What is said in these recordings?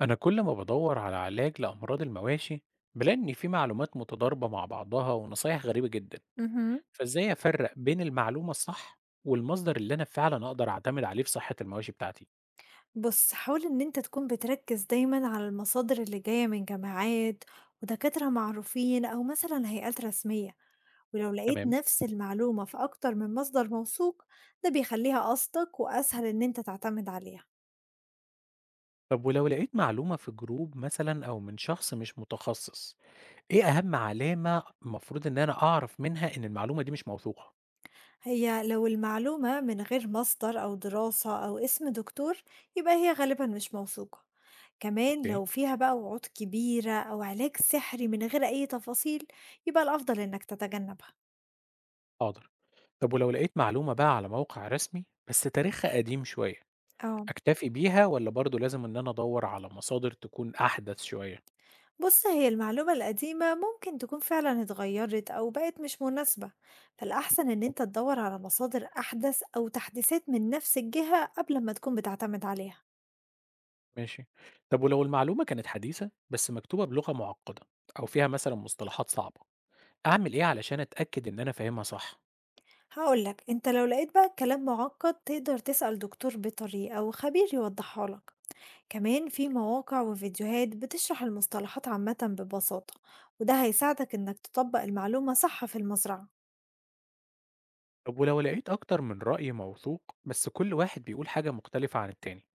أنا كل ما بدور على علاج لأمراض المواشي بلاقي إن في معلومات متضاربة مع بعضها ونصايح غريبة جدا، اهم. فإزاي أفرق بين المعلومة الصح والمصدر اللي أنا فعلا أقدر أعتمد عليه في صحة المواشي بتاعتي؟ بُص، حاول إن أنت تكون بتركّز دايمًا على المصادر اللي جاية من جامعات ودكاترة معروفين أو مثلًا هيئات رسمية، ولو لقيت تمام. نفس المعلومة في أكتر من مصدر موثوق، ده بيخلّيها أصلك وأسهل إن أنت تعتمد عليها. طب ولو لقيت معلومة في جروب مثلا أو من شخص مش متخصص، إيه أهم علامة المفروض إن أنا أعرف منها إن المعلومة دي مش موثوقة؟ هي لو المعلومة من غير مصدر أو دراسة أو اسم دكتور، يبقى هي غالبًا مش موثوقة. كمان أوكي. لو فيها بقى وعود كبيرة أو علاج سحري من غير أي تفاصيل، يبقى الأفضل إنك تتجنبها. حاضر. طب ولو لقيت معلومة بقى على موقع رسمي بس تاريخها قديم شوية آه. أكتفي بيها والّا برضه لازم إن أنا أدوّر على مصادر تكون أحدث شوية؟ بص هي المعلومة القديمة ممكن تكون فعلا اتغيرت أو بقت مش مناسبة، فالأحسن إن بالضبط. أنت تدور على مصادر أحدث أو تحديثات من نفس الجهة قبل ما تكون بتعتمد عليها. ماشي. طب ولو المعلومة كانت حديثة بس مكتوبة بلغة معقدة أو فيها مثلًا مصطلحات صعبة، أعمل إيه علشان أتأكد إن أنا فاهمها صح؟ هقولك أنت لو لقيت بقى الكلام معقد تقدر تسأل دكتور بيطري أو خبير يوضحها لك. كمان في مواقع وفيديوهات بتشرح المصطلحات عامة ببساطة، وده هيساعدك إنك تطبق المعلومة صح في المزرعة. طب ولو لقيت أكتر من رأي موثوق بس كل واحد بيقول حاجة مختلفة عن التاني،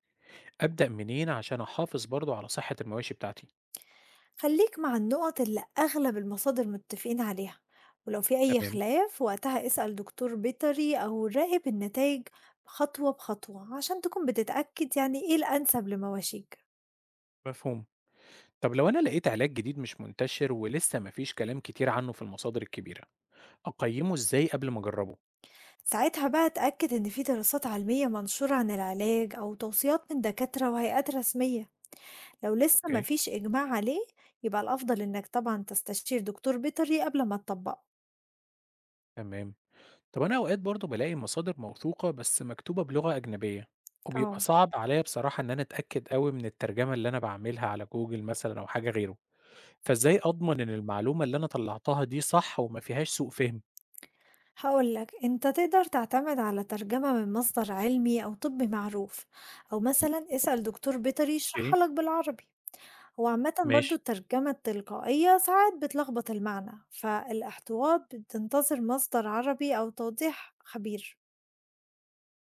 أبدأ منين عشان أحافظ برضه على صحة المواشي بتاعتي؟ خليك مع النقط اللي أغلب المصادر متفقين عليها، ولو في أي تمام. خلاف وقتها اسأل دكتور بيطري أو راقب النتائج خطوة بخطوة عشان تكون بتتأكد يعني إيه الأنسب لمواشيك. مفهوم. طب لو أنا لقيت علاج جديد مش منتشر ولسه ما فيش كلام كتير عنه في المصادر الكبيرة، أقيّمه إزاي قبل ما أجربه؟ ساعتها بقى اتأكد إن في دراسات علمية منشورة عن العلاج أو توصيات من دكاترة وهيئات رسمية. لو لسه أوكي. مفيش إجماع عليه، يبقى الأفضل إنك طبعا تستشير دكتور بيطري قبل ما تطبقه. تمام. طب أنا أوقات برضه بالاقي مصادر موثوقة بس مكتوبة بلغة أجنبية اه. وبيبقى صعب عليا بصراحة إن أنا أتأكد أوي من الترجمة اللي أنا بعملها على جوجل مثلا أو حاجة غيره، فإزاي أضمن إن المعلومة اللي أنا طلعتها دي صح وما فيهاش سوء فهم؟ هقول لك انت تقدر تعتمد على ترجمة من مصدر علمي او طبي معروف، او مثلا اسأل دكتور بيطري أوكي. يشرحها لك بالعربي. وعامة برضو ماشي. الترجمة التلقائية ساعات بتلخبط المعنى، فالاحتواء بتنتظر مصدر عربي او توضيح خبير.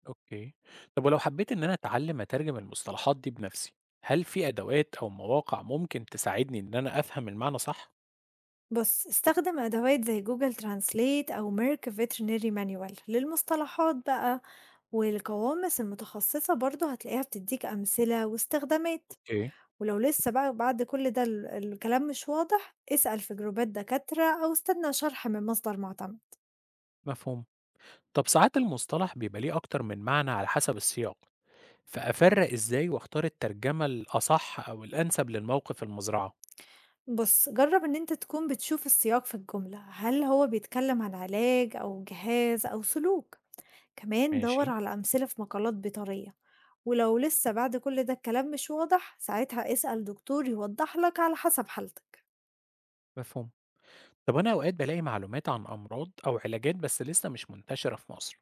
أوكي. طب ولو حبيت إن أنا أتعلم أترجم المصطلحات دي بنفسي، هل في أدوات أو مواقع ممكن تساعدني إن أنا أفهم المعنى صح؟ بص استخدم أدوات زي جوجل ترانسليت أو ميرك فيترينري مانيوال للمصطلحات بقى، والقوامس المتخصصة برضو هتلاقيها بتديك أمثلة واستخدامات. أوكي. ولو لسه بقى بعد كل ده الكلام مش واضح، اسأل في جروبات دكاترة أو استنى شرح من مصدر مُعتمد. مفهوم. طب ساعات المصطلح بيبقى ليه أكتر من معنى على حسب السياق، فأفرّق إزاي واختار الترجمة الأصح أو الأنسب للموقف المزرعة؟ بُص، جرّب إن أنت تكون بتشوف السياق في الجملة، هل هو بيتكلم عن علاج أو جهاز أو سلوك؟ كمان دَوّر ماشي. على أمثلة في مقالات بيطرية، ولو لسه بعد كل ده الكلام مش واضح، ساعتها اسأل دكتور يوضح لك على حسب حالتك. مفهوم. طب أنا أوقات بالاقي معلومات عن أمراض أو علاجات بس لسه مش منتشرة في مصر،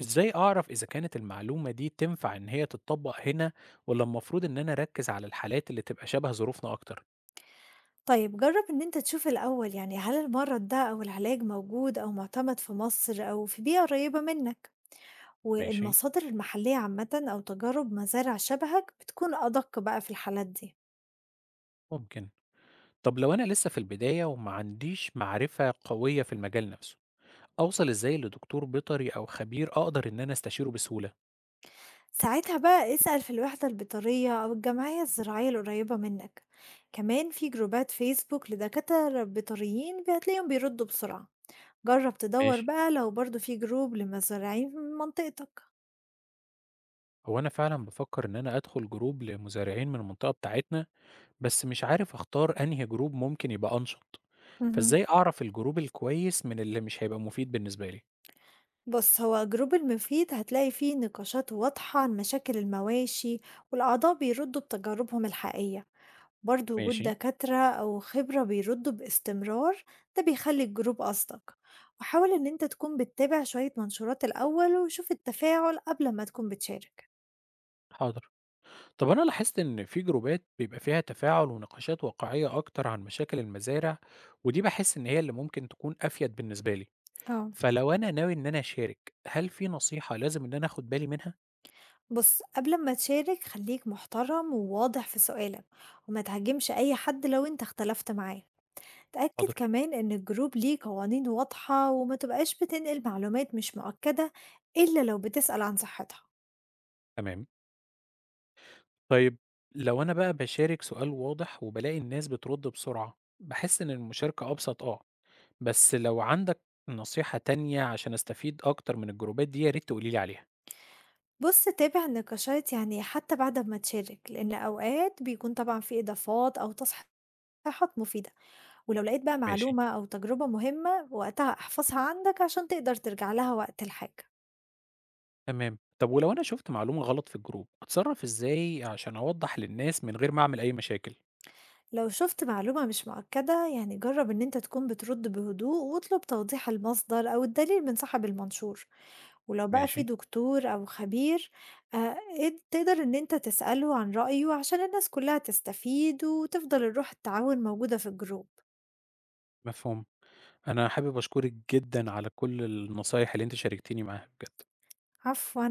إزاي أعرف إذا كانت المعلومة دي تنفع إن هي تتطبّق هنا والّا المفروض إن أنا أركّز على الحالات اللي تبقى شبه ظروفنا أكتر؟ طيب جرّب إن أنت تشوف الأول يعني هل المرض ده أو العلاج موجود أو مُعتمد في مصر أو في بيئة قريبة منّك؟ ماشي. والمصادر المحلية عامةً أو تجارب مزارع شبهك بتكون أدق بقى في الحالات دي. ممكن. طب لو أنا لسه في البداية وما عنديش معرفة قوية في المجال نفسه، أوصل إزاي لدكتور بيطري أو خبير أقدر إن أنا أستشيره بسهولة؟ ساعتها بقى اسأل في الوحدة البيطرية أو الجمعية الزراعية القريبة منك، كمان في جروبات فيسبوك لدكاترة بيطريين هتلاقيهم بيردوا بسرعة، جرب تدور ماشي. بقى لو برضه في جروب لمزارعين من منطقتك. هو أنا فعلًا بافكر إن أنا أدخل جروب لمزارعين من المنطقة بتاعتنا، بس مش عارف أختار أنهي جروب ممكن يبقى أنشط، مهم. فإزاي أعرف الجروب الكويس من اللي مش هيبقى مفيد بالنسبة لي؟ بص هو جروب المفيد هتلاقي فيه نقاشات واضحة عن مشاكل المواشي، والأعضاء بيردوا بتجاربهم الحقيقية. برضه وجود ماشي. دكاترة أو خبرة بيردوا باستمرار ده بيخلي الجروب أصدق، وحاول إن أنت تكون بتتابع شوية منشورات الأول وشوف التفاعل قبل ما تكون بتشارك. حاضر. طب أنا لاحظت إن في جروبات بيبقى فيها تفاعل ونقاشات واقعية أكتر عن مشاكل المزارع، ودي باحس إن هي اللي ممكن تكون أفيد بالنسبة لي، اه. فلو أنا ناوي إن أنا أشارك، هل في نصيحة لازم إن أنا آخد بالي منها؟ بص قبل ما تشارك خليك محترم وواضح في سؤالك، وما تهاجمش أي حد لو أنت اختلفت معاه. تأكد حاضر. كمان إن الجروب ليه قوانين واضحة وما تبقاش بتنقل معلومات مش مؤكدة، إلا لو بتسأل عن صحتها. تمام. طيب، لو أنا بقى باشارك سؤال واضح وبالاقي الناس بترد بسرعة بحس إن المشاركة أبسط، أه، بس لو عندك نصيحة تانية عشان أستفيد أكتر من الجروبات دي يا ريت تقوليلي عليها. بُص تابع النقاشات يعني حتى بعد أمّا تشارك، لإن أوقات بيكون طبعًا في إضافات أو تصحيحات مفيدة، ولو لقيت بقى ماشي. معلومة أو تجربة مهمة وقتها احفظها عندك عشان تقدر ترجع لها وقت الحاجة. تمام. طب ولو أنا شفت معلومة غلط في الجروب أتصرف إزاي عشان أوضح للناس من غير ما أعمل أي مشاكل؟ لو شُفت معلومة مش مؤكدة يعني جرّب إن أنت تكون بترد بهدوء واطلب توضيح المصدر أو الدليل من صاحب المنشور، ولو بقى في ماشي. دكتور أو خبير اد تقدر إن أنت تسأله عن رأيه عشان الناس كلها تستفيد وتفضل الروح التعاون موجودة في الجروب. مفهوم. أنا حابب أشكرك جدا على كل النصايح اللي أنت شاركتني معاها بجد. عفوًا.